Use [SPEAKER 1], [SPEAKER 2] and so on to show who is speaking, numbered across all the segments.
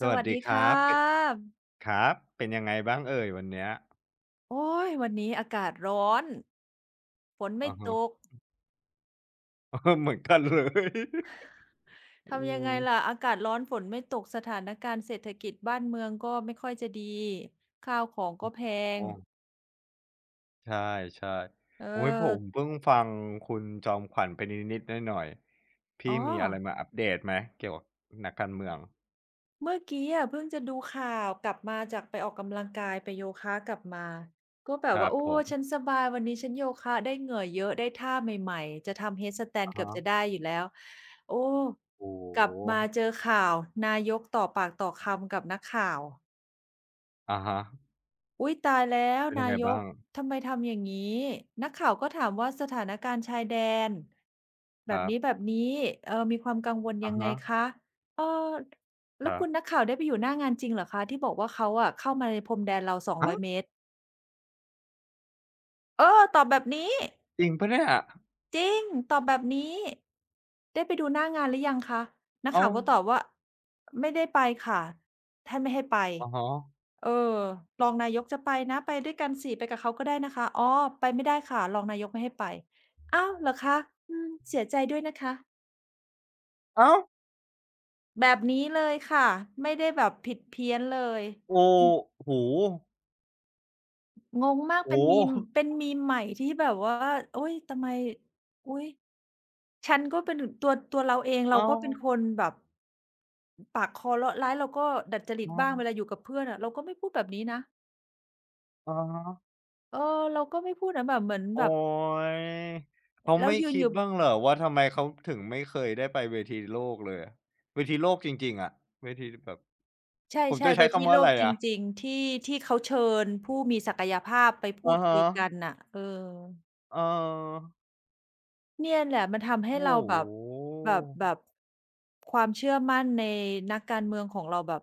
[SPEAKER 1] ส
[SPEAKER 2] ส
[SPEAKER 1] วัส
[SPEAKER 2] วัส
[SPEAKER 1] ดี
[SPEAKER 2] ดี
[SPEAKER 1] ค
[SPEAKER 2] ค่
[SPEAKER 1] รับเป็น
[SPEAKER 2] ะ
[SPEAKER 1] ครับเป็นยังไงบ้างเอ่ยวันเนี้ย
[SPEAKER 2] โอ้ยวันนี้อากาศร้อนฝนไม่
[SPEAKER 1] อะ
[SPEAKER 2] ต
[SPEAKER 1] ฮะ
[SPEAKER 2] ก
[SPEAKER 1] เอ อเหมือนกันเลยอื
[SPEAKER 2] ทำยังไงล่ะ
[SPEAKER 1] ม
[SPEAKER 2] อากาศร้อนฝนไม่ตกสถานการณ์เศรษฐกิจบ้านเมืองก็ไม่ค่อยจะดี ข้าวของก็แพง
[SPEAKER 1] โอ้ใช่
[SPEAKER 2] เอ
[SPEAKER 1] ๆโอ๊ยผม
[SPEAKER 2] อ
[SPEAKER 1] เพิ่งฟังคุณจอมขวัญไปนิดๆหน่อยๆ
[SPEAKER 2] อ๋อ
[SPEAKER 1] พี่มีอะไรมาอัปเดตไหมเกี่ยวกับนักการเมือง
[SPEAKER 2] เมื่อกี้อะเพิ่งจะดูข่าวกลับมาจากไปออกกำลังกายไปโยคะกลับมาก็แบ
[SPEAKER 1] ค
[SPEAKER 2] บ
[SPEAKER 1] รั
[SPEAKER 2] ว่า
[SPEAKER 1] บ
[SPEAKER 2] โอ้
[SPEAKER 1] ผม
[SPEAKER 2] ฉันสบายวันนี้ฉันโยคะได้เหงื่อเยอะได้ท่าใหม่ๆจะทำเฮดสแตน
[SPEAKER 1] อะ
[SPEAKER 2] เกือ
[SPEAKER 1] ฮะ
[SPEAKER 2] บจะได้อยู่แล้วโอ้
[SPEAKER 1] โอ้โ
[SPEAKER 2] กลับมาเจ
[SPEAKER 1] ฮ
[SPEAKER 2] อข่าวนายกต่อปากต่อคำกับนักข่าว
[SPEAKER 1] อะฮะ
[SPEAKER 2] อุ๊ยตายแล้ว
[SPEAKER 1] เป็นยั
[SPEAKER 2] นา
[SPEAKER 1] งไง
[SPEAKER 2] ยก
[SPEAKER 1] บ้าง
[SPEAKER 2] ทำไมทำอย่างนี้นักข่าวก็ถามว่าสถานการณ์ชายแดนแบ
[SPEAKER 1] ค
[SPEAKER 2] บ
[SPEAKER 1] รั
[SPEAKER 2] นี้แบ
[SPEAKER 1] บ
[SPEAKER 2] บนี้เออมีความกังวล
[SPEAKER 1] อะ
[SPEAKER 2] ยังไง
[SPEAKER 1] ฮะ
[SPEAKER 2] คะเออ
[SPEAKER 1] ค
[SPEAKER 2] แล้ว
[SPEAKER 1] รั
[SPEAKER 2] คุณ
[SPEAKER 1] บ
[SPEAKER 2] นักข่าวได้ไปอยู่หน้างานจริงเหรอคะที่บอกว่าเขาอะเข้ามาในพรมแดนเรา
[SPEAKER 1] ฮะ
[SPEAKER 2] 200เมตรเออตอบแบบนี้
[SPEAKER 1] จริงเปล่าเนี่ย
[SPEAKER 2] จริง ตอบแบบนี้ ได้ไปดูหน้างานหรือยังคะนัก
[SPEAKER 1] อ้า
[SPEAKER 2] ข่าว
[SPEAKER 1] ว
[SPEAKER 2] ก็ตอบว่าไม่ได้ไปค่ะท่านไม่ให้ไป
[SPEAKER 1] อะฮะ
[SPEAKER 2] เออรองนายกจะไปนะไปด้วยกันสิไปกับเขาก็ได้นะคะอ๋อไปไม่ได้ค่ะรองนายกไม่ให้ไปอ้าวเหรอคะอืมเสียใจด้วยนะคะ
[SPEAKER 1] อ้าว
[SPEAKER 2] แบบนี้เลยค่ะไม่ได้แบบผิดเพี้ยนเลย
[SPEAKER 1] โอ้
[SPEAKER 2] อืม
[SPEAKER 1] โอ้โฮ
[SPEAKER 2] งงมาก เป็น
[SPEAKER 1] โอ้
[SPEAKER 2] meme
[SPEAKER 1] โฮ
[SPEAKER 2] เป็น meme ใหม่ที่แบบว่าอุ๊ยทำไมอุ๊ยฉันก็เป็นตัวเราเองเรา
[SPEAKER 1] อ้า
[SPEAKER 2] ก็
[SPEAKER 1] ว
[SPEAKER 2] เป็นคนแบบ ปากคอเลาะร้ายเราก็ดัดจริต
[SPEAKER 1] อ้อ
[SPEAKER 2] บ้างเวลาอยู่กับเพื่อนอะเราก็ไม่พูดแบบนี้นะ
[SPEAKER 1] อะฮะ
[SPEAKER 2] เออเราก็ไม่พูดนะแบบเหมือน
[SPEAKER 1] โอ๊
[SPEAKER 2] แบบ
[SPEAKER 1] ยเขา
[SPEAKER 2] แล้ว
[SPEAKER 1] ไม่
[SPEAKER 2] ยืน
[SPEAKER 1] คิ
[SPEAKER 2] อ
[SPEAKER 1] ด
[SPEAKER 2] ยู่
[SPEAKER 1] บ้างเหรอว่าทำไมเขาถึงไม่เคยได้ไปเวทีโลกเลยอะเวทีโลกจริงๆอะเวทีแบบผม
[SPEAKER 2] ใช่
[SPEAKER 1] จะ
[SPEAKER 2] ๆเว
[SPEAKER 1] ใช้
[SPEAKER 2] ที
[SPEAKER 1] คำว่า
[SPEAKER 2] โล
[SPEAKER 1] อะ
[SPEAKER 2] ก
[SPEAKER 1] ไร
[SPEAKER 2] จ
[SPEAKER 1] อะ
[SPEAKER 2] ริงๆที่ที่เขาเชิญผู้มีศักยภาพไปพู
[SPEAKER 1] อะ
[SPEAKER 2] ด
[SPEAKER 1] ฮะ
[SPEAKER 2] คุยกันน่ะเออ
[SPEAKER 1] เออ
[SPEAKER 2] เนี่ยแหละมันทำให้
[SPEAKER 1] โอ้
[SPEAKER 2] เราแบบ
[SPEAKER 1] โ
[SPEAKER 2] แบบ
[SPEAKER 1] ฮ
[SPEAKER 2] ความเชื่อมั่นในนักการเมืองของเราแบบ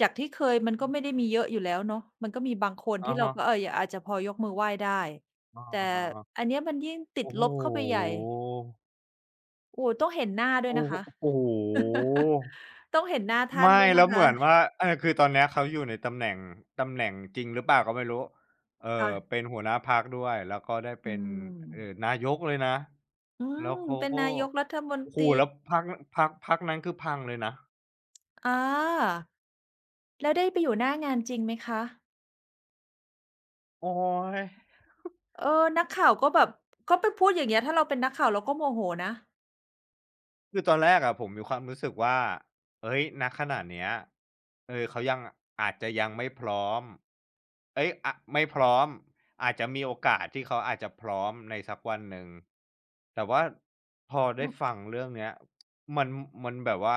[SPEAKER 2] จากที่เคยมันก็ไม่ได้มีเยอะอยู่แล้วเนาะมันก็มีบางคน
[SPEAKER 1] อะ
[SPEAKER 2] ที่เรา
[SPEAKER 1] ฮะ
[SPEAKER 2] ก็เอออาจจะพอยกมือไหว้ได้
[SPEAKER 1] อา
[SPEAKER 2] แต่อันเนี้ยมันยิ่งติด
[SPEAKER 1] โอ้โฮ
[SPEAKER 2] ลบเข้าไปใหญ่ โอ้โฮต้องเห็นหน้าด้วย
[SPEAKER 1] โอ้
[SPEAKER 2] นะคะ
[SPEAKER 1] โอ้โฮ
[SPEAKER 2] ต้องเห็นหน้าท่าน
[SPEAKER 1] ไม่
[SPEAKER 2] ด้วยนะ
[SPEAKER 1] แล้วเห
[SPEAKER 2] คะ
[SPEAKER 1] มือนว่าเออคือตอนเนี้ยเขาอยู่ในตำแหน่งตำแหน่งจริงหรือเปล่าก็ไม่รู้เอ่อเป็
[SPEAKER 2] อ่า
[SPEAKER 1] นหัวหน้าพรรคด้วยแล้วก็ได้เป็
[SPEAKER 2] อื
[SPEAKER 1] น
[SPEAKER 2] ม
[SPEAKER 1] นายกเลยนะ
[SPEAKER 2] อืม
[SPEAKER 1] แล้วเขา
[SPEAKER 2] เป็น
[SPEAKER 1] ก็
[SPEAKER 2] นายกรัฐมน
[SPEAKER 1] โอ้
[SPEAKER 2] ต
[SPEAKER 1] โฮ
[SPEAKER 2] รี
[SPEAKER 1] แล้วพรรคพรรคนั้นคือพังเลยนะ
[SPEAKER 2] อาแล้วได้ไปอยู่หน้างานจริงไหมคะ
[SPEAKER 1] โอ๊ย
[SPEAKER 2] เออนักข่าวก็แบบก็ไปพูดอย่างเงี้ยถ้าเราเป็นนักข่าวเราก็โมโหนะ
[SPEAKER 1] คือตอนแรกอะผมมีความรู้สึกว่าเอ้ยณขณะเนี้ยเออเขายังอาจจะยังไม่พร้อมเอ้ยอะไม่พร้อมอาจจะมีโอกาสที่เขาอาจจะพร้อมในสักวันหนึ่งแต่ว่าพอ
[SPEAKER 2] อื
[SPEAKER 1] ได้ฟั
[SPEAKER 2] ม
[SPEAKER 1] งเรื่องเนี้ยมันมันแบบว่า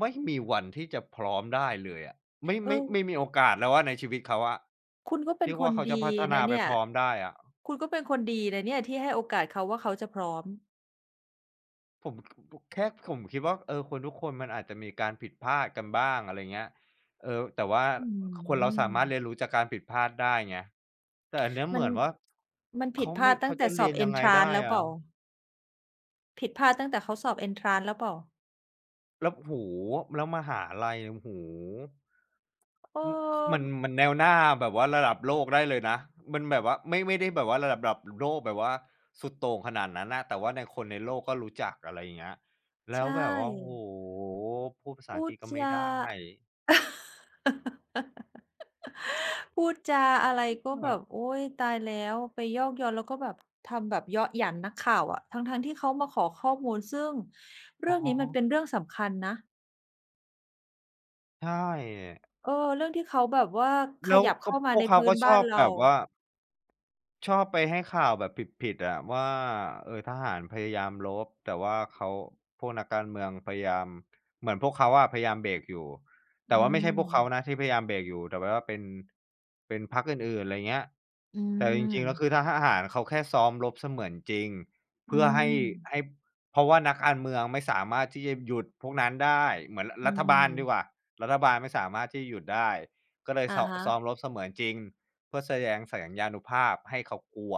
[SPEAKER 1] ไม่มีวันที่จะพร้อมได้เลยอะไม่
[SPEAKER 2] เอ
[SPEAKER 1] ไม่
[SPEAKER 2] อ
[SPEAKER 1] ไม่มีโอกาสแล้วอะในชีวิตเขาอะ
[SPEAKER 2] คุณก็เป็น
[SPEAKER 1] ที่
[SPEAKER 2] ค
[SPEAKER 1] ว่า
[SPEAKER 2] น
[SPEAKER 1] เขาจะ
[SPEAKER 2] ดี
[SPEAKER 1] พัฒนา
[SPEAKER 2] นะ
[SPEAKER 1] ไป
[SPEAKER 2] เนี่ย
[SPEAKER 1] พร้อมได้อะ
[SPEAKER 2] คุณก็เป็นคนดีนะเนี่ยที่ให้โอกาสเขาว่าเขาจะพร้อม
[SPEAKER 1] ผมแค่ผมคิดว่าเออคนทุกคนมันอาจจะมีการผิดพลาดกันบ้างอะไรเงี้ยเออแต่ว่า
[SPEAKER 2] อื้อ
[SPEAKER 1] คน
[SPEAKER 2] ฮื
[SPEAKER 1] เราสา
[SPEAKER 2] อ
[SPEAKER 1] มารถเรียนรู้จากการผิดพลาดได้ไงแต่อันเนี้ยเห
[SPEAKER 2] มัน
[SPEAKER 1] มือนว่า
[SPEAKER 2] มันผิดพลาดตั้
[SPEAKER 1] เขา
[SPEAKER 2] งแต่
[SPEAKER 1] จะ
[SPEAKER 2] ส
[SPEAKER 1] เรี
[SPEAKER 2] อ
[SPEAKER 1] ย
[SPEAKER 2] บ
[SPEAKER 1] นยังไงได้
[SPEAKER 2] Entrance แล้วเป
[SPEAKER 1] อะ
[SPEAKER 2] ล่าผิดพลาดตั้งแต่เขาสอบ Entrance แล้วเปล่า
[SPEAKER 1] แล้วโอ้โฮแล้วมหาลัยโอ้โฮ
[SPEAKER 2] เออ
[SPEAKER 1] อือมันแนวหน้าแบบว่าระดับโลกได้เลยนะมันแบบว่าไม่ได้แบบว่าระดับโลกแบบว่าสุดโต่งขนาดนั้นน่ะแต่ว่าในคนในโลกก็รู้จักอะไรอย่างเงี้ยแล้
[SPEAKER 2] ใช
[SPEAKER 1] วแบบว่าโอ้โฮ
[SPEAKER 2] ่
[SPEAKER 1] พูดภาษาอั
[SPEAKER 2] พู
[SPEAKER 1] งก
[SPEAKER 2] ด
[SPEAKER 1] ฤษก็
[SPEAKER 2] จ
[SPEAKER 1] ไม่
[SPEAKER 2] า
[SPEAKER 1] ได้
[SPEAKER 2] พูดจาอะไรก็
[SPEAKER 1] แบ
[SPEAKER 2] แบ
[SPEAKER 1] บ
[SPEAKER 2] บโอ๊ยตายแล้วไปยอกย้อนแล้วก็แบบทำแบบเยาะหยันนักข่าวอะทั้งๆที่เขามาขอข้อมูลซึ่ง
[SPEAKER 1] อ๋อ
[SPEAKER 2] เรื่องนี้มันเป็นเรื่องสำคัญนะ
[SPEAKER 1] ใช่
[SPEAKER 2] เออเรื่องที่เขาแบบว่าข
[SPEAKER 1] แล้ว
[SPEAKER 2] ยับ
[SPEAKER 1] ก็
[SPEAKER 2] เข้า
[SPEAKER 1] พ
[SPEAKER 2] มา
[SPEAKER 1] ว
[SPEAKER 2] ใน
[SPEAKER 1] กเขา
[SPEAKER 2] พื้น
[SPEAKER 1] ก็ช
[SPEAKER 2] บ้า
[SPEAKER 1] อ
[SPEAKER 2] น
[SPEAKER 1] บแบ
[SPEAKER 2] เรา
[SPEAKER 1] บว่า ชอบไปให้ข่าวแบบผิดๆอะว่าเออทหารพยายามรบแต่ว่าเขาพวกนักการเมืองพยายามเหมือนพวกเขาอะพยายามเบรกอยู่แต่
[SPEAKER 2] อื
[SPEAKER 1] ว่าไม่ใช่
[SPEAKER 2] ม
[SPEAKER 1] พวกเขานะที่พยายามเบรกอยู่แต่แบบว่าเป็นพรรคอื่นๆอะไรเงี้ย
[SPEAKER 2] อื
[SPEAKER 1] แต่จริงๆแล้วคือ
[SPEAKER 2] ม
[SPEAKER 1] ทหารเขาแค่ซ้อมรบเสมือนจริง
[SPEAKER 2] อื
[SPEAKER 1] เพื่อให้
[SPEAKER 2] ม
[SPEAKER 1] ให้เพราะว่านักการเมืองไม่สามารถที่จะหยุดพวกนั้นได้เหมือนร
[SPEAKER 2] อื
[SPEAKER 1] รัฐบาลดีกว่า
[SPEAKER 2] ม
[SPEAKER 1] รัฐบาลไม่สามารถที่จะหยุดได้ก็เลย
[SPEAKER 2] อาฮะ
[SPEAKER 1] ซ้อมรบเสมือนจริง เพื่อแสดงสัญญานุภาพให้เขากลัว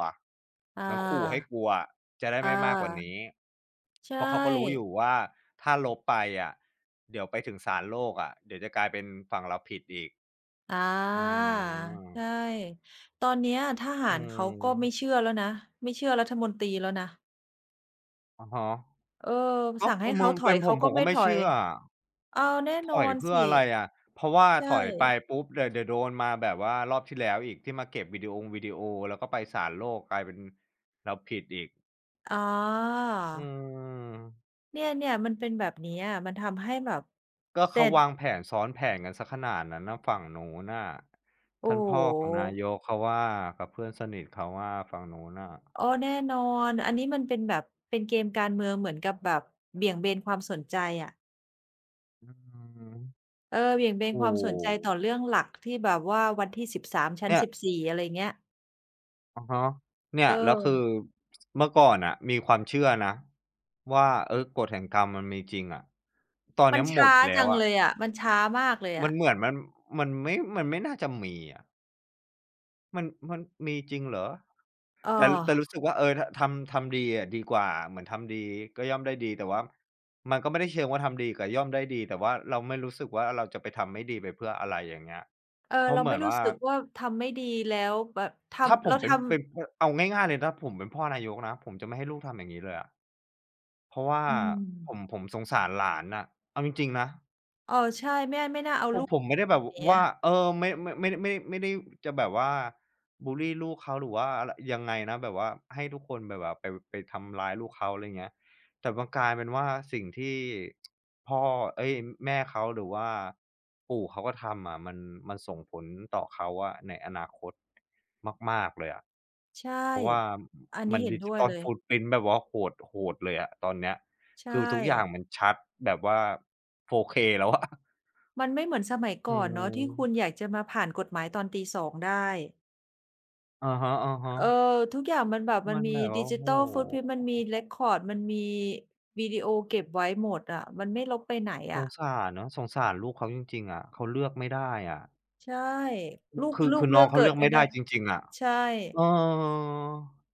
[SPEAKER 2] อ
[SPEAKER 1] เหมือนขู่ให้
[SPEAKER 2] า
[SPEAKER 1] กลัวอะจะได้
[SPEAKER 2] อ
[SPEAKER 1] ไม่มากกว่า
[SPEAKER 2] า
[SPEAKER 1] นี้
[SPEAKER 2] ใช่
[SPEAKER 1] เพราะเขาก็รู้อยู่ว่าถ้าลบไปอะเดี๋ยวไปถึงศาลโลกอะเดี๋ยวจะกลายเป็นฝั่งเราผิดอีก
[SPEAKER 2] อา
[SPEAKER 1] อื
[SPEAKER 2] ใช่
[SPEAKER 1] ม
[SPEAKER 2] ตอนเนี้ยทหา
[SPEAKER 1] อื
[SPEAKER 2] รเขาก็ไม่
[SPEAKER 1] ม
[SPEAKER 2] เชื่อแล้วนะไม่เชื่อรัฐมนตรีแล้วนะ
[SPEAKER 1] อะฮะ
[SPEAKER 2] เออ
[SPEAKER 1] ก็
[SPEAKER 2] สั่ง
[SPEAKER 1] เอ
[SPEAKER 2] ให้
[SPEAKER 1] อม
[SPEAKER 2] เขา
[SPEAKER 1] อง
[SPEAKER 2] ถอ
[SPEAKER 1] เป็
[SPEAKER 2] ย
[SPEAKER 1] นผ
[SPEAKER 2] เขา
[SPEAKER 1] มผ
[SPEAKER 2] ก็
[SPEAKER 1] มก็
[SPEAKER 2] ไม่
[SPEAKER 1] ไม่
[SPEAKER 2] ถอย
[SPEAKER 1] เชื่ออะ
[SPEAKER 2] อ้าวแน่
[SPEAKER 1] ถ
[SPEAKER 2] น
[SPEAKER 1] อ
[SPEAKER 2] อ
[SPEAKER 1] ย
[SPEAKER 2] น
[SPEAKER 1] เพื่อ
[SPEAKER 2] สิ
[SPEAKER 1] อะไรอะเพราะว่า
[SPEAKER 2] ใช่
[SPEAKER 1] ถอยไปปุ๊บเดี๋ยวโดนมาแบบว่ารอบที่แล้วอีกที่มาเก็บวิดีโอแล้วก็ไปศาลโลกกลายเป็นเราผิดอีก
[SPEAKER 2] อ๋อ
[SPEAKER 1] อืม
[SPEAKER 2] เนี่ยๆมันเป็นแบบนี้อะมันทำให้แบบ
[SPEAKER 1] ก็
[SPEAKER 2] แต่
[SPEAKER 1] เขาวางแผนซ้อนแผนกันเสียขนาดนั้นน่ะฝั่งนู้นน่ะ
[SPEAKER 2] โอ้
[SPEAKER 1] ท่าน
[SPEAKER 2] โ
[SPEAKER 1] พ่อของนา
[SPEAKER 2] ฮ
[SPEAKER 1] ยกเขาว่ากับเพื่อนสนิทเขาว่าฝั่งนู้นน่ะ
[SPEAKER 2] อ้อแน่นอนอันนี้มันเป็นแบบเป็นเกมการเมืองเหมือนกับแบบเบี่ยงเบนความสนใจอะ
[SPEAKER 1] อืม
[SPEAKER 2] เออเบี่ยงเบนค
[SPEAKER 1] โอ้
[SPEAKER 2] วา
[SPEAKER 1] โ
[SPEAKER 2] มสนใจต่อเรื่
[SPEAKER 1] ฮ
[SPEAKER 2] องหลักที่แบบว่าวันที่13ชั้น
[SPEAKER 1] เนี่ย
[SPEAKER 2] 14อะไรเงี้ย
[SPEAKER 1] อะฮะเนี่ย
[SPEAKER 2] เอ
[SPEAKER 1] แล้ว
[SPEAKER 2] อ
[SPEAKER 1] คือเมื่อก่อนน่ะมีความเชื่อนะว่าเออกฎแห่งกรรมมันมีจริงอะตอน
[SPEAKER 2] มั
[SPEAKER 1] เนี้
[SPEAKER 2] น
[SPEAKER 1] ยหมด
[SPEAKER 2] ช้า
[SPEAKER 1] ไปแล้ว
[SPEAKER 2] จัง
[SPEAKER 1] อะ
[SPEAKER 2] เลยอะมันช้ามากเลย
[SPEAKER 1] มัน
[SPEAKER 2] อะ
[SPEAKER 1] เหมือนมันไม่มันไม่น่าจะมีอะมันมีจริงเหรอ
[SPEAKER 2] เอ
[SPEAKER 1] แต่รู้
[SPEAKER 2] อ
[SPEAKER 1] สึกว่าเออทำดีอะดีกว่าเหมือนทำดีก็ย่อมได้ดีแต่ว่ามันก็ไม่ได้เชิงว่าทำดีกับย่อมได้ดีแต่ว่าเราไม่รู้สึกว่าเราจะไปทำไม่ดีไปเพื่ออะไรอย่างเงี้ย
[SPEAKER 2] เออ
[SPEAKER 1] เพราะ
[SPEAKER 2] เรา
[SPEAKER 1] เหมื
[SPEAKER 2] ไม่
[SPEAKER 1] อน
[SPEAKER 2] รู้
[SPEAKER 1] ว่า
[SPEAKER 2] สึกว่าทำไม่ดีแล้วแบบ
[SPEAKER 1] ถ้าผ
[SPEAKER 2] ทำ
[SPEAKER 1] ม
[SPEAKER 2] เรา
[SPEAKER 1] เป็น
[SPEAKER 2] ทำ
[SPEAKER 1] เป็นพเอาง่ายๆเลยถ้าผมเป็นพ่อนายกนะผมจะไม่ให้ลูกทำอย่างงี้เลยอะเพราะว่า
[SPEAKER 2] อื
[SPEAKER 1] ผม
[SPEAKER 2] ม
[SPEAKER 1] ผมสงสารหลานน่ะเอาจริงๆนะ
[SPEAKER 2] เออใช่ไม่ไม่น่าเอา
[SPEAKER 1] ผม
[SPEAKER 2] ลูก
[SPEAKER 1] ผม
[SPEAKER 2] อ
[SPEAKER 1] ไม่ได้แบ
[SPEAKER 2] ย่า
[SPEAKER 1] บ
[SPEAKER 2] งเงี้ย
[SPEAKER 1] ว่าเออไม่ไม่ได้จะแบบว่าบุลลีลูกเขาหรือว่าอะไรยังไงนะแบบว่าให้ทุกคนแบบว่าไปทำร้ายลูกเขาอะไรเงี้ยแต่มันกลายเป็นว่าสิ่งที่พ่อเอ๊ยแม่เขาหรือว่าปู่เขาก็ทำอะมันส่งผลต่อเขาอะในอนาคตมากๆเลยอะ
[SPEAKER 2] ใช่
[SPEAKER 1] เพราะว่า
[SPEAKER 2] อัน
[SPEAKER 1] มั
[SPEAKER 2] นี้
[SPEAKER 1] น
[SPEAKER 2] เห็นด้วย
[SPEAKER 1] Digital
[SPEAKER 2] เลย
[SPEAKER 1] Footprint แบบว่าโหดเลยอะตอนเนี้ย
[SPEAKER 2] ใช่
[SPEAKER 1] คือทุกอย่างมันชัดแบบว่า 4K แล้วอะ
[SPEAKER 2] มันไม่เหมือนสมัย
[SPEAKER 1] อื
[SPEAKER 2] ก่อนเนาะที่คุณอ
[SPEAKER 1] ม
[SPEAKER 2] ยากจะมาผ่านกฎหมายตอนตี2ได้
[SPEAKER 1] อะฮ
[SPEAKER 2] เออ
[SPEAKER 1] ะ
[SPEAKER 2] ทุกอย่างมันแบบ
[SPEAKER 1] ๆ
[SPEAKER 2] มั
[SPEAKER 1] มั
[SPEAKER 2] น
[SPEAKER 1] น
[SPEAKER 2] มี
[SPEAKER 1] แบบ
[SPEAKER 2] ดิ
[SPEAKER 1] ว่าโอ้
[SPEAKER 2] จิ
[SPEAKER 1] โฮ
[SPEAKER 2] ทัลฟุตพริ้นท์มันมีเร็กคอร์ดมันมีวิดีโอเก็บไว้หมดอะมันไม่ลบไปไหน
[SPEAKER 1] ส
[SPEAKER 2] อะ
[SPEAKER 1] งสารเนาะสงสารลูกเขาจริงๆอะเขาเลือกไม่ได้อะ
[SPEAKER 2] ใช่
[SPEAKER 1] น
[SPEAKER 2] ลูก
[SPEAKER 1] คือ
[SPEAKER 2] ลู
[SPEAKER 1] คื
[SPEAKER 2] ก
[SPEAKER 1] อน้
[SPEAKER 2] เลื
[SPEAKER 1] อ
[SPEAKER 2] อ
[SPEAKER 1] ง
[SPEAKER 2] ก
[SPEAKER 1] เขา
[SPEAKER 2] เกิ
[SPEAKER 1] เลื
[SPEAKER 2] ด
[SPEAKER 1] อก
[SPEAKER 2] ไม่
[SPEAKER 1] ไม่ได้
[SPEAKER 2] ได้
[SPEAKER 1] จริงๆอะ
[SPEAKER 2] ใช่
[SPEAKER 1] เออ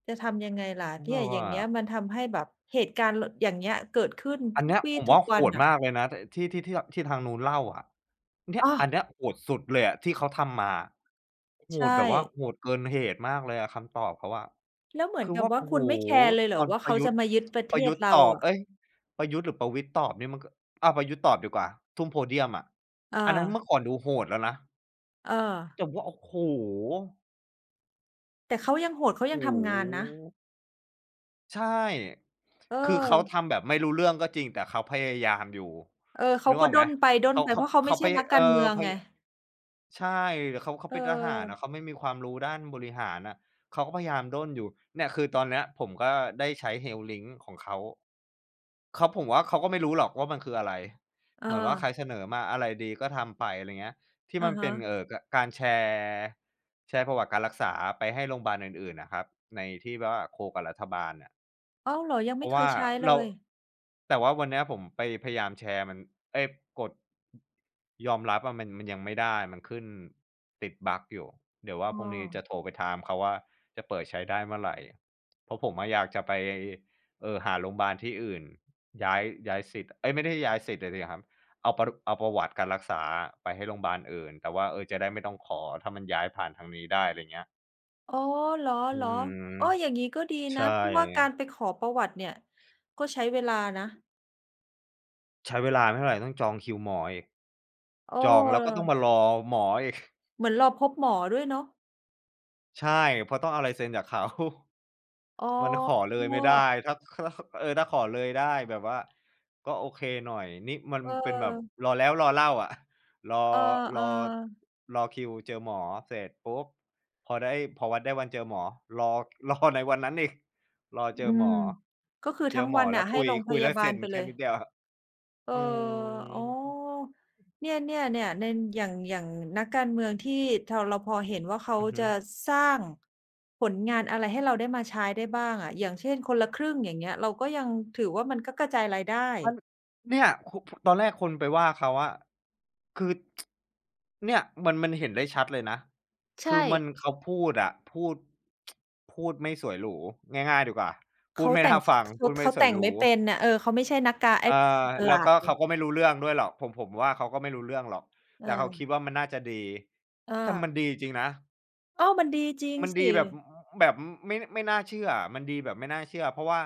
[SPEAKER 2] จะทำยังไงล่ะ
[SPEAKER 1] แล้วแบ
[SPEAKER 2] เนี่ย
[SPEAKER 1] บ
[SPEAKER 2] อย่า
[SPEAKER 1] ว่า
[SPEAKER 2] งเงี้ยมันทำให้แบบเหตุการณ์ลอย่างเงี้ยเกิดขึ้น
[SPEAKER 1] อัน
[SPEAKER 2] ทุก
[SPEAKER 1] เนี้ยผ
[SPEAKER 2] วี่
[SPEAKER 1] ม
[SPEAKER 2] ทุ
[SPEAKER 1] ว่า
[SPEAKER 2] ก
[SPEAKER 1] โห
[SPEAKER 2] วัน
[SPEAKER 1] ด
[SPEAKER 2] น่ะ
[SPEAKER 1] มากเลยนะทที่ที่ที่ที่ทางนู้นเล่าอะเนี่ย
[SPEAKER 2] อ้อ
[SPEAKER 1] อันเนี้ยโหดสุดเลยอะที่เขาทำมาโหด
[SPEAKER 2] ใช่
[SPEAKER 1] แบบว่าโหดเกินเหตุมากเลยอะคำตอบเขาอะ
[SPEAKER 2] แล้วเหมือน
[SPEAKER 1] คือ
[SPEAKER 2] กับ
[SPEAKER 1] ว่า
[SPEAKER 2] ว่า
[SPEAKER 1] โอ้
[SPEAKER 2] คุ
[SPEAKER 1] โฮ
[SPEAKER 2] ณไม่แคร์เลยเหร
[SPEAKER 1] ต
[SPEAKER 2] อ
[SPEAKER 1] อน
[SPEAKER 2] ว่า
[SPEAKER 1] ประ
[SPEAKER 2] เขา
[SPEAKER 1] ยุท
[SPEAKER 2] จะ
[SPEAKER 1] ธ์
[SPEAKER 2] มายึดประ
[SPEAKER 1] ป
[SPEAKER 2] เท
[SPEAKER 1] ระยุ
[SPEAKER 2] ศ
[SPEAKER 1] ทธ์
[SPEAKER 2] เรา
[SPEAKER 1] ตอบ
[SPEAKER 2] อะ
[SPEAKER 1] เอ๊ยประยุทธ์หรือประวิตรตอบนี่มันก็อาประยุทธ์ตอบดีกว่าทุ่มโพเดียมอะ
[SPEAKER 2] เออ
[SPEAKER 1] อันนั้นเมื่อก่อนดูโหดแล้วนะ
[SPEAKER 2] เออ
[SPEAKER 1] แต่ว่าโอ้โฮ
[SPEAKER 2] แต่เขายังโหดเขายัง
[SPEAKER 1] โอ้
[SPEAKER 2] ทำ
[SPEAKER 1] โ
[SPEAKER 2] งานนะ
[SPEAKER 1] ฮใช่
[SPEAKER 2] เอ
[SPEAKER 1] คือ
[SPEAKER 2] อ
[SPEAKER 1] เขาทำแบบไม่รู้เรื่องก็จริงแต่เขาพยายามอยู่
[SPEAKER 2] เออเขา
[SPEAKER 1] นึกอ
[SPEAKER 2] ก็
[SPEAKER 1] อกไหม
[SPEAKER 2] ด้นไปด้น
[SPEAKER 1] เขา
[SPEAKER 2] ไปเพ
[SPEAKER 1] เขา
[SPEAKER 2] ราะเขา
[SPEAKER 1] เขา
[SPEAKER 2] ไม่
[SPEAKER 1] พ
[SPEAKER 2] ใช่
[SPEAKER 1] ยา
[SPEAKER 2] นัก
[SPEAKER 1] เอ
[SPEAKER 2] การ
[SPEAKER 1] อ
[SPEAKER 2] เมือง
[SPEAKER 1] พ
[SPEAKER 2] ไง
[SPEAKER 1] ยายใช่แต่เขา
[SPEAKER 2] เออ
[SPEAKER 1] เป็นทหารอะเขาไม่มีความรู้ด้านบริหารอะเขาก็พยายามด้นอยู่เนี่ยคือตอนเนี้ยผมก็ได้ใช้ HealthLink ของเขา เขาผมว่าเขาก็ไม่รู้หรอกว่ามันคืออะไร
[SPEAKER 2] เออ
[SPEAKER 1] เหมือนว่าใครเสนอมาอะไรดีก็ทำไปอะไรเงี้ยที่
[SPEAKER 2] อะ
[SPEAKER 1] มันเป็
[SPEAKER 2] ฮะ
[SPEAKER 1] นกการแชร์แชร์ประวัติการรักษาไปให้โรงบาลอื่นๆน่ะครับในที่แบบว่าโคกับรัฐบาลน่ะ
[SPEAKER 2] อ้าวเหรอยัง
[SPEAKER 1] เพ
[SPEAKER 2] ไม่
[SPEAKER 1] ราะ
[SPEAKER 2] เค
[SPEAKER 1] ว่า
[SPEAKER 2] ยใช้เล
[SPEAKER 1] เรา
[SPEAKER 2] ย
[SPEAKER 1] แต่ว่าวันเนี้ยผมไปพยายามแชร์มันเอ๊ยกดยอมรับอะมันยังไม่ได้มันขึ้นติดบั๊กอยู่เดี๋ยวว่า
[SPEAKER 2] อ้
[SPEAKER 1] พรุ่ง
[SPEAKER 2] อ
[SPEAKER 1] นี้จะโทรไปถามเขาว่าจะเปิดใช้ได้เมื่อไหร่เพราะผมอะอยากจะไปหาโรงพยาบาลที่อื่นย้ายย้ายสิทธิ์เอ๊ยไม่ได้ย้ายสิทธิ์อะสิครับเอาประวัติการรักษาอะไปให้โรงพยาบาลอื่นแต่ว่าเออจะได้ไม่ต้องขอถ้ามันย้ายผ่านทางนี้ได้อะไรเงี้ย
[SPEAKER 2] อ๋อเหรอ
[SPEAKER 1] อื
[SPEAKER 2] เหรอ
[SPEAKER 1] ม
[SPEAKER 2] เอออย่างงี้ก็ดีนะ
[SPEAKER 1] ใช่
[SPEAKER 2] เพราะว่าการไปขอประวัติเนี่ยก็ใช้เวลานะ
[SPEAKER 1] ใช้เวลาไม่เท่าไรต้องจองคิวหมออีก
[SPEAKER 2] เ
[SPEAKER 1] จองแล้วก็ต้
[SPEAKER 2] อ
[SPEAKER 1] อง
[SPEAKER 2] อ
[SPEAKER 1] มารอหมออีก
[SPEAKER 2] เหมือนรอพบหมอด้วยเนาะ
[SPEAKER 1] ใช่เพราะต้องเอาลายเซ็นจากเขา
[SPEAKER 2] อ๋อ
[SPEAKER 1] มันขอเล
[SPEAKER 2] เ
[SPEAKER 1] ยไม่ได้
[SPEAKER 2] อ
[SPEAKER 1] ถ้า ถ้าเออถ้าขอเลยได้แบบว่าก็โอเคหน่อยนี่มันเป็นแบบ
[SPEAKER 2] อ
[SPEAKER 1] รอแล้วรอเล่าอะ รอร
[SPEAKER 2] เอ
[SPEAKER 1] อ
[SPEAKER 2] อ
[SPEAKER 1] รอคิวเจอหมอเสร็จปุ๊บพอได้พอวัดได้วันเจอหมอรอ รอในวันนั้นอีกรอ
[SPEAKER 2] ๆ
[SPEAKER 1] เจ
[SPEAKER 2] อื
[SPEAKER 1] อหม
[SPEAKER 2] ม
[SPEAKER 1] อ
[SPEAKER 2] ก็คือ
[SPEAKER 1] เจ
[SPEAKER 2] ทั้
[SPEAKER 1] อ
[SPEAKER 2] ง
[SPEAKER 1] หม
[SPEAKER 2] วั
[SPEAKER 1] อ
[SPEAKER 2] น
[SPEAKER 1] แล้
[SPEAKER 2] น่ะ
[SPEAKER 1] ว
[SPEAKER 2] ให้โรงพ
[SPEAKER 1] คุยแล้
[SPEAKER 2] ยา
[SPEAKER 1] ว
[SPEAKER 2] บา
[SPEAKER 1] เซ็
[SPEAKER 2] ล
[SPEAKER 1] น
[SPEAKER 2] ไปเล
[SPEAKER 1] แค่
[SPEAKER 2] ย
[SPEAKER 1] นิดเดียว
[SPEAKER 2] เออ
[SPEAKER 1] อื
[SPEAKER 2] อ๋อ
[SPEAKER 1] ม
[SPEAKER 2] เนี่ยเนี่ยเนี่ยในอย่างนักการเมืองที่ทอเราพอเห็นว่าเขา
[SPEAKER 1] อือฮึ
[SPEAKER 2] จะสร้างผลงานอะไรให้เราได้มาใช้ได้บ้างอะอย่างเช่นคนละครึ่งอย่างเงี้ยเราก็ยังถือว่ามันก็กระจายรายได้
[SPEAKER 1] มันเนี่ยคุตอนแรกคนไปว่าเขาอะคือเนี่ยมันเห็นได้ชัดเลยนะ
[SPEAKER 2] ใช่
[SPEAKER 1] คือมันเขาพูดอะพูดพูดไม่สวยหรูง่ายๆดีกว่าพูด
[SPEAKER 2] เขา
[SPEAKER 1] ไม่
[SPEAKER 2] แต่
[SPEAKER 1] น่า
[SPEAKER 2] งข
[SPEAKER 1] ฟังพู
[SPEAKER 2] เขา
[SPEAKER 1] ดไม่
[SPEAKER 2] เขา
[SPEAKER 1] สว
[SPEAKER 2] แต่
[SPEAKER 1] ย
[SPEAKER 2] ง
[SPEAKER 1] หรู
[SPEAKER 2] ไม่เป็นน่ะเออเขาไม่ใช่นักการไอ้
[SPEAKER 1] เออ
[SPEAKER 2] การตลา
[SPEAKER 1] แล้ว
[SPEAKER 2] ด
[SPEAKER 1] ก็เขา
[SPEAKER 2] ไง
[SPEAKER 1] ก็ไม่รู้เรื่องด้วยหรอกผมว่าเขาก็ไม่รู้เรื่องหรอกแต่เขา
[SPEAKER 2] เอ
[SPEAKER 1] คิ
[SPEAKER 2] อ
[SPEAKER 1] ดว่ามันน่าจะดีแต่
[SPEAKER 2] อา
[SPEAKER 1] มันดีจริงๆนะ
[SPEAKER 2] อ้าวมันดีจริง
[SPEAKER 1] มัน
[SPEAKER 2] สิ
[SPEAKER 1] ดีแบบแบบไม่น่าเชื่ออะมันดีแบบไม่น่าเชื่อเพราะว่า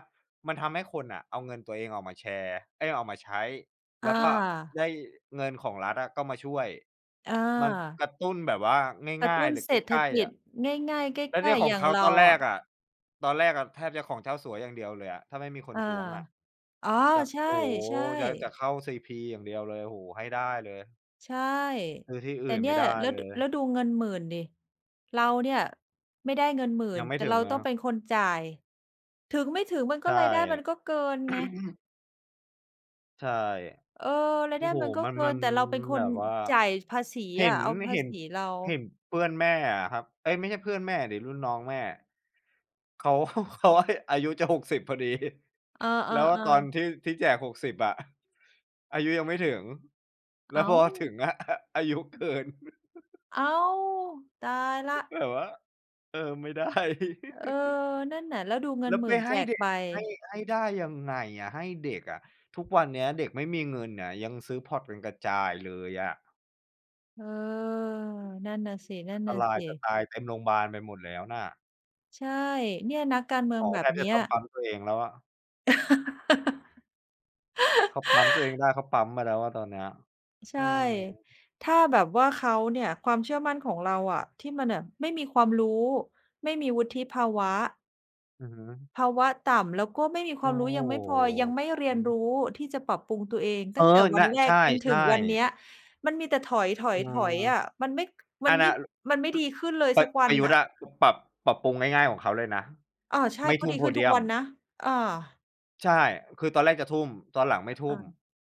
[SPEAKER 1] มันทำให้คนน่ะเอาเงินตัวเองออกมาแชร์เอ๊ยออกมาใช้
[SPEAKER 2] อ
[SPEAKER 1] แล้วก็
[SPEAKER 2] า
[SPEAKER 1] ได้เงินของรัฐอะก็มาช่วย
[SPEAKER 2] อ
[SPEAKER 1] มันก
[SPEAKER 2] า
[SPEAKER 1] ระตุ้นแบบว่า
[SPEAKER 2] กระ
[SPEAKER 1] ง่าย
[SPEAKER 2] ตุ้
[SPEAKER 1] ๆ
[SPEAKER 2] น
[SPEAKER 1] หรือใ
[SPEAKER 2] เศรษฐ
[SPEAKER 1] กล้ๆ
[SPEAKER 2] กิจ
[SPEAKER 1] อะ
[SPEAKER 2] ง่ายๆ
[SPEAKER 1] แล้ว
[SPEAKER 2] ใก
[SPEAKER 1] เนี่
[SPEAKER 2] ล้
[SPEAKER 1] ยข
[SPEAKER 2] ๆ
[SPEAKER 1] อ
[SPEAKER 2] อ
[SPEAKER 1] ง
[SPEAKER 2] ย่าง
[SPEAKER 1] เขาต
[SPEAKER 2] เรา
[SPEAKER 1] อนแร
[SPEAKER 2] อะ
[SPEAKER 1] กอะตอนแรกอะแทบจะของเจ้าสัวอย่างเดียวเลยอะถ้าไม่มีคน
[SPEAKER 2] อา
[SPEAKER 1] ท้วงอะ
[SPEAKER 2] อ๋อ
[SPEAKER 1] จะ
[SPEAKER 2] ใช่
[SPEAKER 1] โอ้โฮ
[SPEAKER 2] ใช่
[SPEAKER 1] จะเข้า CP อย่างเดียวเลยโอ้โฮให้ได้เลย
[SPEAKER 2] ใช่
[SPEAKER 1] ซื้อที่
[SPEAKER 2] แต่
[SPEAKER 1] อื่น
[SPEAKER 2] เนี่
[SPEAKER 1] ไม่
[SPEAKER 2] ย
[SPEAKER 1] ได้
[SPEAKER 2] แล้ว
[SPEAKER 1] เล
[SPEAKER 2] ด
[SPEAKER 1] ย
[SPEAKER 2] แล้วดูเงินหมื่นดิเราเนี่ยไม่ได้เงินหมื่
[SPEAKER 1] ยั
[SPEAKER 2] น
[SPEAKER 1] งไม่
[SPEAKER 2] แต่
[SPEAKER 1] ถึง
[SPEAKER 2] เราต้
[SPEAKER 1] นะ
[SPEAKER 2] อ
[SPEAKER 1] ค
[SPEAKER 2] ง
[SPEAKER 1] รับ
[SPEAKER 2] เป็นคนจ่ายถึงไม่ถึงมันก็
[SPEAKER 1] ใช่
[SPEAKER 2] รายได้มันก็เกินไง
[SPEAKER 1] ใช่
[SPEAKER 2] เออราย
[SPEAKER 1] โอ้
[SPEAKER 2] ได้
[SPEAKER 1] โฮ
[SPEAKER 2] มันก็
[SPEAKER 1] มัน
[SPEAKER 2] เกิ
[SPEAKER 1] มั
[SPEAKER 2] น
[SPEAKER 1] น
[SPEAKER 2] แต่เราเป็นค
[SPEAKER 1] แบ
[SPEAKER 2] น
[SPEAKER 1] บว่า
[SPEAKER 2] จ่ายภาษี
[SPEAKER 1] เห็
[SPEAKER 2] อะ
[SPEAKER 1] น
[SPEAKER 2] เอาภา
[SPEAKER 1] เห็น
[SPEAKER 2] ษีเรา
[SPEAKER 1] เห็นเพื่อนแม่อะครับเอ๊ยไม่ใช่เพื่อนแม่สิรุ่นน้องแม่เขา เขาอายุจะ60พอดี
[SPEAKER 2] เอ
[SPEAKER 1] แล้ว
[SPEAKER 2] อ
[SPEAKER 1] ตอน
[SPEAKER 2] ๆ
[SPEAKER 1] ที่ที่แจก60อะอายุยังไม่ถึง
[SPEAKER 2] ๆ
[SPEAKER 1] แล้วพ
[SPEAKER 2] อ้า
[SPEAKER 1] อ
[SPEAKER 2] ว
[SPEAKER 1] ถึงอะ อายุเกิน
[SPEAKER 2] อ้าวตายแล้ว
[SPEAKER 1] แบบว่าเออไม่ได้
[SPEAKER 2] เอ อนั่นน่ะแล้วดูเงิน
[SPEAKER 1] แล้ว
[SPEAKER 2] ห
[SPEAKER 1] ไป
[SPEAKER 2] มื่นแจ
[SPEAKER 1] ให้
[SPEAKER 2] ก
[SPEAKER 1] เด็ก
[SPEAKER 2] ไป
[SPEAKER 1] ให้ให้ได้ยังไงอะให้เด็กอะทุกวันเนี้ยเด็กไม่มีเงินน่ะยังซื้อพ็อตกันกระจายเลยอะ
[SPEAKER 2] เออนั่นน่ะส
[SPEAKER 1] อันตราย
[SPEAKER 2] ิ
[SPEAKER 1] จะตาย
[SPEAKER 2] ๆ
[SPEAKER 1] เต็มโรงพยาบาลไปหมดแล้วน่ะ
[SPEAKER 2] ใช่เนี่ยนักการเมื
[SPEAKER 1] หม
[SPEAKER 2] อง
[SPEAKER 1] อ
[SPEAKER 2] แบ
[SPEAKER 1] แท
[SPEAKER 2] บ
[SPEAKER 1] บจะ
[SPEAKER 2] เนี้ย
[SPEAKER 1] ต้องปั๊มตัวเองแล้วอะเขาปั๊มตัวเองได้เขาปั๊มมาแล้วอะตอนเนี้ยอื
[SPEAKER 2] ใช่
[SPEAKER 1] ม
[SPEAKER 2] ถ้าแบบว่าเขาเนี่ยความเชื่อมั่นของเราอะที่มันน่ะไม่มีความรู้ไม่มีวุฒิภาวะ
[SPEAKER 1] อือฮึ
[SPEAKER 2] ภาวะต่ำแล้วก็ไม่มีความ
[SPEAKER 1] โอ้
[SPEAKER 2] รู้
[SPEAKER 1] โฮ
[SPEAKER 2] ยังไม่พอยังไม่เรียนรู้ที่จะปรับปรุงตัวเอง
[SPEAKER 1] เอ
[SPEAKER 2] ตั้
[SPEAKER 1] อ
[SPEAKER 2] งแต่วัน
[SPEAKER 1] น่ะ
[SPEAKER 2] แร
[SPEAKER 1] ใช
[SPEAKER 2] กจนถึง
[SPEAKER 1] ่
[SPEAKER 2] วันเนี้ย
[SPEAKER 1] ๆ
[SPEAKER 2] มันมีแต่ถอ
[SPEAKER 1] อื
[SPEAKER 2] ย
[SPEAKER 1] ม
[SPEAKER 2] ๆๆอะมันไม่
[SPEAKER 1] อั
[SPEAKER 2] มัน
[SPEAKER 1] น
[SPEAKER 2] ไม่
[SPEAKER 1] น่ะร
[SPEAKER 2] มันไม่ดีขึ้นเลย
[SPEAKER 1] ป
[SPEAKER 2] สักวั
[SPEAKER 1] ป
[SPEAKER 2] น
[SPEAKER 1] ระยุท
[SPEAKER 2] น่ะ
[SPEAKER 1] ธ์อะปรับปรับปรุงง่ายๆของเขาเลยนะ
[SPEAKER 2] อาใช่
[SPEAKER 1] ไม่
[SPEAKER 2] เขา
[SPEAKER 1] ทุ่ม
[SPEAKER 2] ดี
[SPEAKER 1] โพ
[SPEAKER 2] ขึ้น
[SPEAKER 1] เดี
[SPEAKER 2] ทุก
[SPEAKER 1] ยม
[SPEAKER 2] วันนะอา
[SPEAKER 1] ใช่คือตอนแรกจะทุ่มตอนหลังไม่ทุ่
[SPEAKER 2] อา
[SPEAKER 1] ม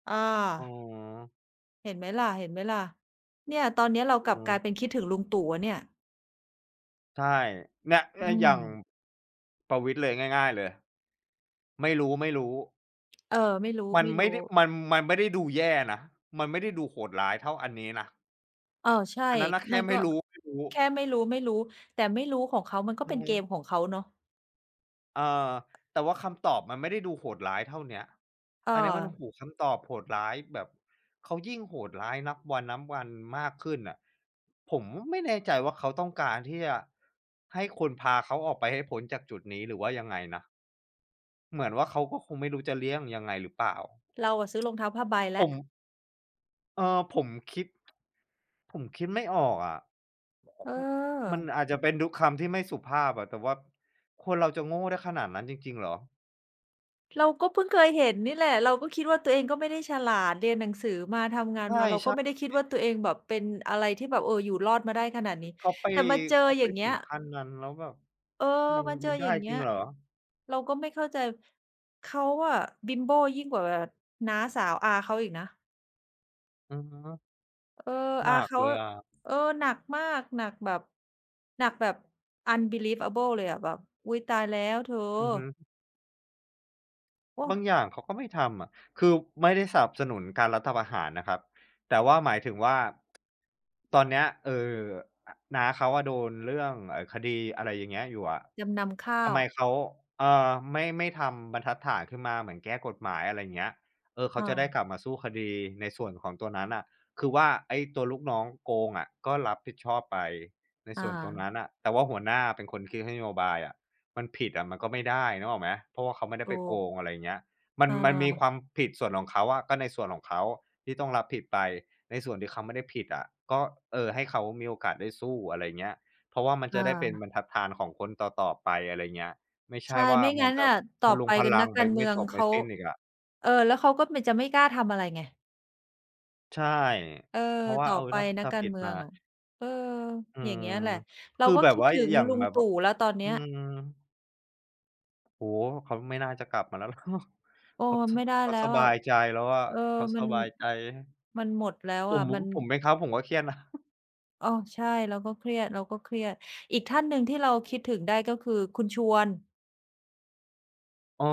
[SPEAKER 2] อา
[SPEAKER 1] อืม
[SPEAKER 2] เห็นไหมล่ะเห็นไหมล่ะเนี่ยตอนเนี้ยเรา
[SPEAKER 1] อื
[SPEAKER 2] กลับกลายเป็น
[SPEAKER 1] ม
[SPEAKER 2] คิดถึงลุงตู่อะเนี่ย
[SPEAKER 1] ใช่เนี่ยเอ
[SPEAKER 2] อื
[SPEAKER 1] ออ
[SPEAKER 2] ม
[SPEAKER 1] ย่างประวิตรเลยง่ายๆเลยไม่รู้ๆ
[SPEAKER 2] เออไม่รู้
[SPEAKER 1] มัน
[SPEAKER 2] ไม่
[SPEAKER 1] ไม่
[SPEAKER 2] รู้
[SPEAKER 1] ได้มันมันไม่ได้ดูแย่นะมันไม่ได้ดูโหดร้ายเท่าอันนี้นะ
[SPEAKER 2] เออใช่
[SPEAKER 1] อันนั้นน่ะแค่
[SPEAKER 2] มัน
[SPEAKER 1] ไม่
[SPEAKER 2] ก็
[SPEAKER 1] รู้ไม่รู้
[SPEAKER 2] แค่ไม่รู้ไม่รู้แต่ไม่รู้ของเขามันก็
[SPEAKER 1] อื
[SPEAKER 2] เป็
[SPEAKER 1] อ
[SPEAKER 2] น
[SPEAKER 1] ฮึ
[SPEAKER 2] เกมของเขาเนาะ
[SPEAKER 1] เออแต่ว่าคำตอบมันไม่ได้ดูโหดร้ายเท่าเนี้ย
[SPEAKER 2] เอ
[SPEAKER 1] อันเนี้ยมันโอ้โฮ
[SPEAKER 2] อ
[SPEAKER 1] คำตอบโหดร้ายแบบเขายิ่งโหดร้ายนับวันนับวันมากขึ้นน่ะผมไม่แน่ใจว่าเขาต้องการที่จะให้คนพาเขาออกไปให้พ้นจากจุดนี้หรือว่ายังไงนะเหมือนว่าเขาก็คงไม่รู้จะเลี่ยงยังไงหรือเปล่า
[SPEAKER 2] เราอะซื้อรองเท้าผ้าใบ
[SPEAKER 1] ผ
[SPEAKER 2] แล้ว
[SPEAKER 1] มเออผมคิดไม่ออกอะอ
[SPEAKER 2] เ
[SPEAKER 1] มั
[SPEAKER 2] อ
[SPEAKER 1] น
[SPEAKER 2] อ
[SPEAKER 1] อาจจะเป็นทุกคำที่ไม่สุภาพอะแต่ว่าคนเราจะโง่ได้ขนาดนั้นจริงๆเหรอ
[SPEAKER 2] เราก็เพิ่งเคยเห็นนี่แหละเราก็คิดว่าตัวเองก็ไม่ได้ฉลาดเรียนหนังสือมาทำงา
[SPEAKER 1] ใ
[SPEAKER 2] นมาเราก็
[SPEAKER 1] ช่
[SPEAKER 2] ไม่ได้คิดว่าตัวเองแบบเป็นอะไรที่แบบเอออยู่รอดมาได้ขนาดนี้
[SPEAKER 1] ๆเขาไป
[SPEAKER 2] แต่มาเจอ
[SPEAKER 1] เขา
[SPEAKER 2] อ
[SPEAKER 1] ไป
[SPEAKER 2] ย่างเงี้
[SPEAKER 1] ถึ
[SPEAKER 2] ย
[SPEAKER 1] งขั้นนั้นแล้วแบบ
[SPEAKER 2] เออ
[SPEAKER 1] มัน
[SPEAKER 2] มาเจอ
[SPEAKER 1] มัน
[SPEAKER 2] อ
[SPEAKER 1] ได้
[SPEAKER 2] ย่าง
[SPEAKER 1] จ
[SPEAKER 2] เงี้
[SPEAKER 1] ริ
[SPEAKER 2] ย
[SPEAKER 1] งเหรอ
[SPEAKER 2] เราก็ไม่เข้าใจเขาอะบิมโบ้ยิ่งกว่าน้าสาวอาเขาอีกนะ
[SPEAKER 1] อือฮึ
[SPEAKER 2] เออ
[SPEAKER 1] ห
[SPEAKER 2] อา
[SPEAKER 1] นัก
[SPEAKER 2] เขา
[SPEAKER 1] เลยอะ
[SPEAKER 2] เออหนักมากหนักแบบหนักแบบ unbelievable เลยอะแบบอุ๊ยตายแล้วเธอ
[SPEAKER 1] อือฮึ
[SPEAKER 2] โอ้
[SPEAKER 1] บางอย่างเขาก็ไม่ทำอะคือไม่ได้สนับสนุนการรัฐประหารนะครับแต่ว่าหมายถึงว่าตอนเนี้ยเอ่ออน้าเขาอะโดนเรื่องคดีอะไรอย่างเงี้ยอยู่อะ
[SPEAKER 2] จำนำข้า
[SPEAKER 1] ทำ
[SPEAKER 2] ว
[SPEAKER 1] ไมเขาไม่ทำบรรทัดฐานขึ้นมาเหมือนแก้กฎหมายอะไรอย่างเงี้ยเออเขา
[SPEAKER 2] อา
[SPEAKER 1] จะได้กลับมาสู้คดีในส่วนของตัวนั้นน่ะคือว่าไอ้ตัวลูกน้องโกงอะก็รับผิดชอบไปในส่วนตรง
[SPEAKER 2] อา
[SPEAKER 1] นั้นน่ะแต่ว่าหัวหน้าเป็นคนคิดนโยบายอะ มันผิดอะมันก็ไม่ได้นึกออกไหมเพราะว่าเขาไม่ได้ไป
[SPEAKER 2] ถู
[SPEAKER 1] โก
[SPEAKER 2] ก
[SPEAKER 1] งอะไรอย่างเงี้ยมัน
[SPEAKER 2] อ
[SPEAKER 1] มันมีค
[SPEAKER 2] า
[SPEAKER 1] วามผิดส่วนของเขาอะก็ในส่วนของเขาที่ต้องรับผิดไปในส่วนที่เขาไม่ได้ผิดอะก็เออให้เขามีโอกาสได้สู้อะไรอย่างเงี้ยเพราะว่ามันจะได้เป็น
[SPEAKER 2] อา
[SPEAKER 1] บรรทัดฐานของคนต่อๆไปอะไรอย่างเงี้ยไม่ใช่
[SPEAKER 2] ใช่
[SPEAKER 1] ว่า
[SPEAKER 2] ไม่
[SPEAKER 1] มัน
[SPEAKER 2] งั้น
[SPEAKER 1] จะ
[SPEAKER 2] น่ะต่อ
[SPEAKER 1] พะรุ
[SPEAKER 2] ไป
[SPEAKER 1] งพะ
[SPEAKER 2] กัน
[SPEAKER 1] รั
[SPEAKER 2] นั
[SPEAKER 1] ง
[SPEAKER 2] ก
[SPEAKER 1] ไป
[SPEAKER 2] การเมื
[SPEAKER 1] ไม่
[SPEAKER 2] อง
[SPEAKER 1] จบไม่
[SPEAKER 2] เขา
[SPEAKER 1] สิ้นอีกอะ
[SPEAKER 2] เออแล้วเขาก็ไม่จะไม่กล้าทำอะไรไง
[SPEAKER 1] ใช่
[SPEAKER 2] เออ
[SPEAKER 1] เพราะว่า
[SPEAKER 2] ต่อ
[SPEAKER 1] เออ
[SPEAKER 2] ไป
[SPEAKER 1] ถ้า
[SPEAKER 2] นัก
[SPEAKER 1] ถ้า
[SPEAKER 2] การ
[SPEAKER 1] ผิด
[SPEAKER 2] เมือ
[SPEAKER 1] มา
[SPEAKER 2] งอะเออ
[SPEAKER 1] อื
[SPEAKER 2] อย่าง
[SPEAKER 1] ม
[SPEAKER 2] เงี้ยแหละเรา
[SPEAKER 1] คือ
[SPEAKER 2] ก็
[SPEAKER 1] แบบ
[SPEAKER 2] คิด
[SPEAKER 1] ว่า
[SPEAKER 2] ถึง
[SPEAKER 1] อย่าง
[SPEAKER 2] ลุง
[SPEAKER 1] แบบ
[SPEAKER 2] ตู่แล้วตอน
[SPEAKER 1] อื
[SPEAKER 2] เนี้ย
[SPEAKER 1] ม โอ้โฮเขาไม่น่าจะกลับมาแล้ว หรอก
[SPEAKER 2] โอ้
[SPEAKER 1] เขาส
[SPEAKER 2] ไม่ได้
[SPEAKER 1] เขา
[SPEAKER 2] แล้
[SPEAKER 1] ส
[SPEAKER 2] ว
[SPEAKER 1] บา
[SPEAKER 2] อะ
[SPEAKER 1] ยใจแล้วอะ
[SPEAKER 2] เออ
[SPEAKER 1] เขาส
[SPEAKER 2] มัน
[SPEAKER 1] บายใจ
[SPEAKER 2] มันหมดแล้ว
[SPEAKER 1] ผม
[SPEAKER 2] อะมัน
[SPEAKER 1] ผมเป็นเขาผมก็เครียดนะ
[SPEAKER 2] อ้อใช่เราก็เครียดเราก็เครียดอีกท่านหนึ่งที่เราคิดถึงได้ก็คือคุณชวน
[SPEAKER 1] เออ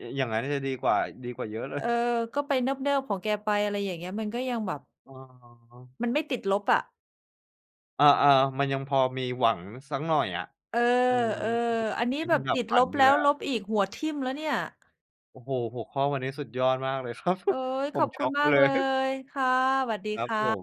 [SPEAKER 1] ยอย่างงั้นจะดีกว่าดีกว่าเยอะเลย
[SPEAKER 2] เออก็ไปเนิบๆของแกไปอะไรอย่างเงี้ยมันก็ยังแบบ
[SPEAKER 1] อ๋อ
[SPEAKER 2] มันไม่ติดลบอะ
[SPEAKER 1] อาๆมันยังพอมีหวังสักหน่อยอะ
[SPEAKER 2] เอ
[SPEAKER 1] อืมโอ้
[SPEAKER 2] อ
[SPEAKER 1] โฮ
[SPEAKER 2] ๆอัน
[SPEAKER 1] อัน
[SPEAKER 2] นี้
[SPEAKER 1] นี้
[SPEAKER 2] แบ
[SPEAKER 1] มัน
[SPEAKER 2] บ
[SPEAKER 1] ดับ
[SPEAKER 2] ติด
[SPEAKER 1] ฝั
[SPEAKER 2] ล
[SPEAKER 1] น
[SPEAKER 2] บ
[SPEAKER 1] ไป
[SPEAKER 2] แล้
[SPEAKER 1] เล
[SPEAKER 2] ว
[SPEAKER 1] ย
[SPEAKER 2] ล
[SPEAKER 1] อะ
[SPEAKER 2] บอีกหัวทิ่มแล้วเนี่ย
[SPEAKER 1] โอ้โฮหัวข้อวันนี้สุดยอดมากเลยครับ
[SPEAKER 2] เอ๊ย
[SPEAKER 1] ผ
[SPEAKER 2] ข
[SPEAKER 1] ม
[SPEAKER 2] อบคุ
[SPEAKER 1] ช็อ
[SPEAKER 2] ณ
[SPEAKER 1] กไป
[SPEAKER 2] มาก
[SPEAKER 1] เล
[SPEAKER 2] เล
[SPEAKER 1] ย
[SPEAKER 2] ยค่ะสวัสดี
[SPEAKER 1] ครับผม
[SPEAKER 2] ค่ะ